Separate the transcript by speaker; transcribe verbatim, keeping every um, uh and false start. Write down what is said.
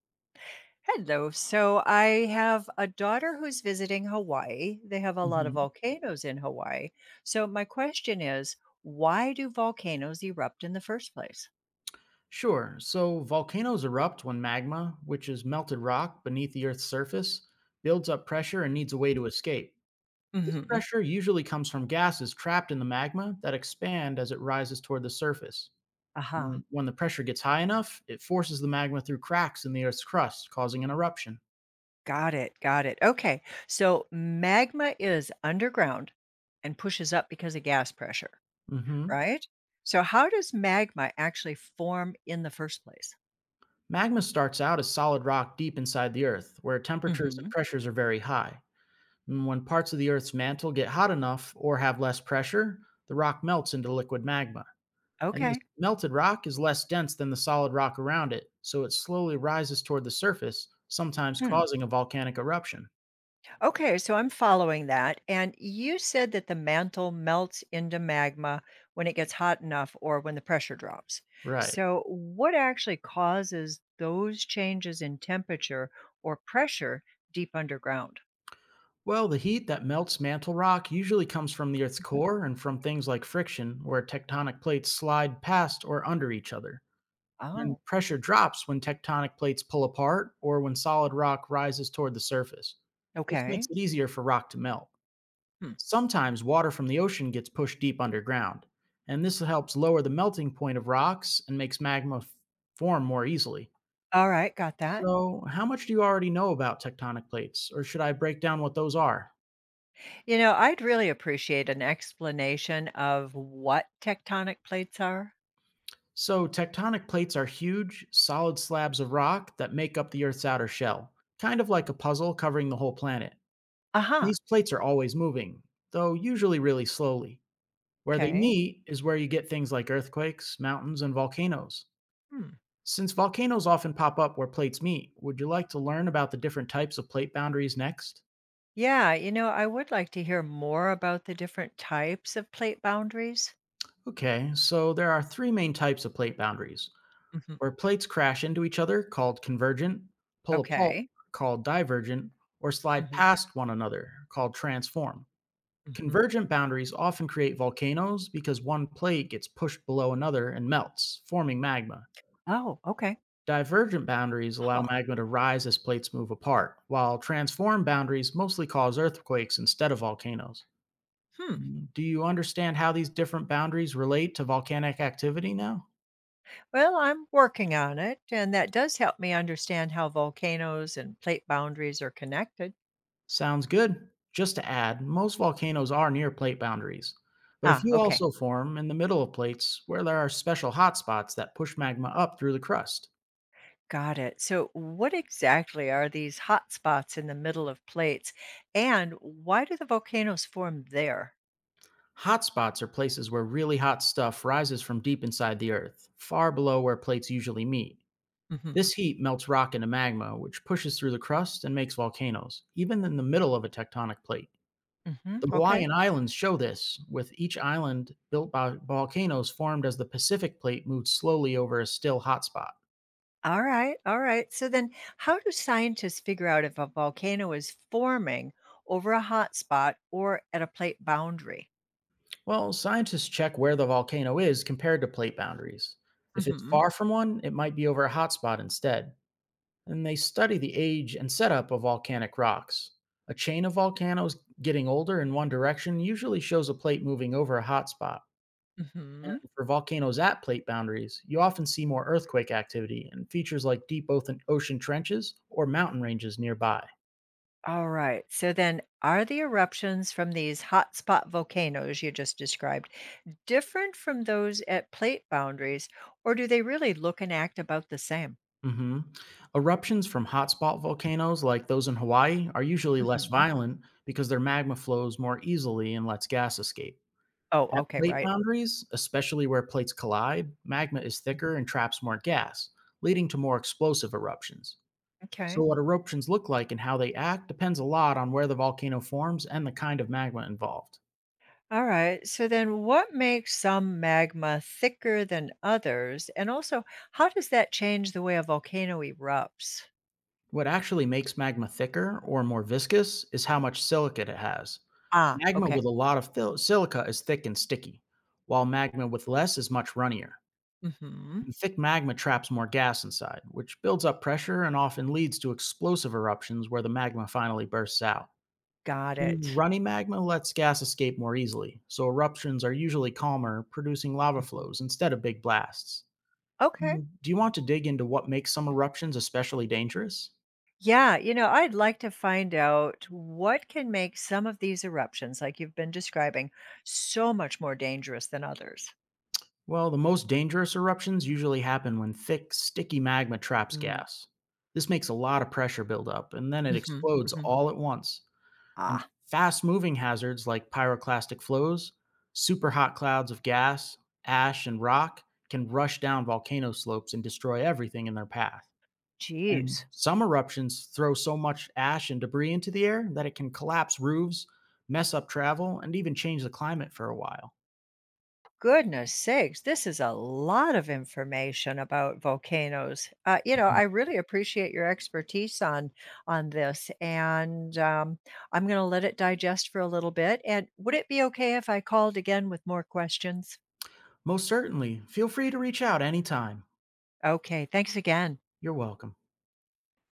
Speaker 1: Hello. So I have a daughter who's visiting Hawaii. They have a lot of
Speaker 2: Mhm.
Speaker 1: volcanoes in Hawaii. So my question is, why do volcanoes erupt in the first place?
Speaker 2: Sure. So volcanoes erupt when magma, which is melted rock beneath the Earth's surface, builds up pressure and needs a way to escape. This
Speaker 1: Hmm.
Speaker 2: pressure usually comes from gases trapped in the magma that expand as it rises toward the surface.
Speaker 1: Aha.
Speaker 2: W- When the pressure gets high enough, it forces the magma through cracks in the Earth's crust, causing an eruption.
Speaker 1: Got it. Got it. Okay. So magma is underground and pushes up because of gas pressure,
Speaker 2: Hmm.
Speaker 1: right? So how does magma actually form in the first place?
Speaker 2: Magma starts out as solid rock deep inside the Earth, where temperatures and
Speaker 1: Hmm.
Speaker 2: pressures are very high. And when parts of the Earth's mantle get hot enough or have less pressure, the rock melts into liquid magma. And this
Speaker 1: Okay.
Speaker 2: melted rock is less dense than the solid rock around it, so it slowly rises toward the surface, sometimes
Speaker 1: Hmm.
Speaker 2: causing a volcanic eruption.
Speaker 1: Okay, so I'm following that. And you said that the mantle melts into magma when it gets hot enough or when the pressure drops.
Speaker 2: Right.
Speaker 1: So, what actually causes those changes in temperature or pressure deep underground?
Speaker 2: Well, the heat that melts mantle rock usually comes from the Earth's
Speaker 1: Mhm.
Speaker 2: core and from things like friction, where tectonic plates slide past or under each other. And
Speaker 1: Oh,
Speaker 2: pressure drops when tectonic plates pull apart or when solid rock rises toward the surface. This makes
Speaker 1: okay.
Speaker 2: it easier for rock to melt.
Speaker 1: Hmm.
Speaker 2: Sometimes water from the ocean gets pushed deep underground, and this helps lower the melting point of rocks and makes magma f- form more easily.
Speaker 1: All right, got that.
Speaker 2: So, how much do you already know about tectonic plates, or should I break down what those are?
Speaker 1: You know, I'd really appreciate an explanation of what tectonic plates are.
Speaker 2: So, tectonic plates are huge, solid slabs of rock that make up the Earth's outer shell, kind of like a puzzle covering the whole planet.
Speaker 1: Aha,
Speaker 2: These plates are always moving, though usually really slowly. Where they
Speaker 1: okay.
Speaker 2: meet is where you get things like earthquakes, mountains, and volcanoes.
Speaker 1: Hmm.
Speaker 2: Since volcanoes often pop up where plates meet, would you like to learn about the different types of plate boundaries next?
Speaker 1: Yeah, you know, I would like to hear more about the different types of plate boundaries.
Speaker 2: Okay, so there are three main types of plate boundaries,
Speaker 1: Hmm.
Speaker 2: where plates crash into each other, called convergent, pull apart,
Speaker 1: Okay.
Speaker 2: called divergent, or slide
Speaker 1: Hmm.
Speaker 2: past one another, called transform.
Speaker 1: Hmm.
Speaker 2: Convergent boundaries often create volcanoes because one plate gets pushed below another and melts, forming magma.
Speaker 1: Oh, okay.
Speaker 2: Divergent boundaries allow
Speaker 1: Huh.
Speaker 2: magma to rise as plates move apart, while transform boundaries mostly cause earthquakes instead of volcanoes.
Speaker 1: Hmm.
Speaker 2: Mm, Do you understand how these different boundaries relate to volcanic activity now?
Speaker 1: Well, I'm working on it, and that does help me understand how volcanoes and plate boundaries are connected.
Speaker 2: Sounds good. Just to add, most volcanoes are near plate boundaries, but a
Speaker 1: Ah,
Speaker 2: few
Speaker 1: okay.
Speaker 2: also form in the middle of plates where there are special hotspots that push magma up through the crust.
Speaker 1: Got it. So, what exactly are these hot spots in the middle of plates, and why do the volcanoes form there?
Speaker 2: Hotspots are places where really hot stuff rises from deep inside the earth, far below where plates usually meet.
Speaker 1: Hmm.
Speaker 2: This heat melts rock into magma, which pushes through the crust and makes volcanoes, even in the middle of a tectonic plate.
Speaker 1: Hmm.
Speaker 2: The
Speaker 1: Okay.
Speaker 2: Hawaiian Islands show this, with each island built by volcanoes formed as the Pacific plate moved slowly over a still hotspot.
Speaker 1: All right, all right. So then, how do scientists figure out if a volcano is forming over a hot spot or at a plate boundary?
Speaker 2: Well, scientists check where the volcano is compared to plate boundaries. If it's
Speaker 1: Hmm.
Speaker 2: far from one, it might be over a hotspot instead. And they study the age and setup of volcanic rocks. A chain of volcanoes getting older in one direction usually shows a plate moving over a hotspot. And
Speaker 1: Hmm.
Speaker 2: for volcanoes at plate boundaries, you often see more earthquake activity and features like deep oth- ocean trenches or mountain ranges nearby.
Speaker 1: All right. So then, are the eruptions from these hotspot volcanoes you just described different from those at plate boundaries, or do they really look and act about the same?
Speaker 2: Hmm. Eruptions from hotspot volcanoes like those in Hawaii are usually less
Speaker 1: Hmm.
Speaker 2: violent because their magma flows more easily and lets gas escape.
Speaker 1: Oh,
Speaker 2: At
Speaker 1: okay,
Speaker 2: plate
Speaker 1: right.
Speaker 2: boundaries, especially where plates collide, magma is thicker and traps more gas, leading to more explosive eruptions.
Speaker 1: Okay.
Speaker 2: So, what eruptions look like and how they act depends a lot on where the volcano forms and the kind of magma involved.
Speaker 1: All right. So then what makes some magma thicker than others? And also, how does that change the way a volcano erupts?
Speaker 2: What actually makes magma thicker or more viscous is how much silicate it has.
Speaker 1: Ah,
Speaker 2: Magma
Speaker 1: okay.
Speaker 2: with a lot of fil- silica is thick and sticky, while magma with less is much runnier.
Speaker 1: Hmm.
Speaker 2: And thick magma traps more gas inside, which builds up pressure and often leads to explosive eruptions where the magma finally bursts out.
Speaker 1: Got
Speaker 2: And
Speaker 1: it.
Speaker 2: runny magma lets gas escape more easily, so eruptions are usually calmer, producing lava
Speaker 1: Hmm.
Speaker 2: flows instead of big blasts.
Speaker 1: Okay.
Speaker 2: Mm, Do you want to dig into what makes some eruptions especially dangerous?
Speaker 1: Yeah, you know, I'd like to find out what can make some of these eruptions, like you've been describing, so much more dangerous than others.
Speaker 2: Well, the most dangerous eruptions usually happen when thick, sticky magma traps gas. This makes a lot of pressure buildup, and then it
Speaker 1: Mm-hmm.
Speaker 2: explodes
Speaker 1: Hmm.
Speaker 2: all at once. And
Speaker 1: Ah,
Speaker 2: fast moving hazards like pyroclastic flows, super hot clouds of gas, ash, and rock can rush down volcano slopes and destroy everything in their path. And
Speaker 1: geez.
Speaker 2: some eruptions throw so much ash and debris into the air that it can collapse roofs, mess up travel, and even change the climate for a while.
Speaker 1: Goodness sakes, this is a lot of information about volcanoes. Uh, you know, I really appreciate your expertise on on this, and um, I'm going to let it digest for a little bit. And would it be okay if I called again with more questions?
Speaker 2: Most certainly. Feel free to reach out anytime.
Speaker 1: Okay, thanks again.
Speaker 2: You're welcome.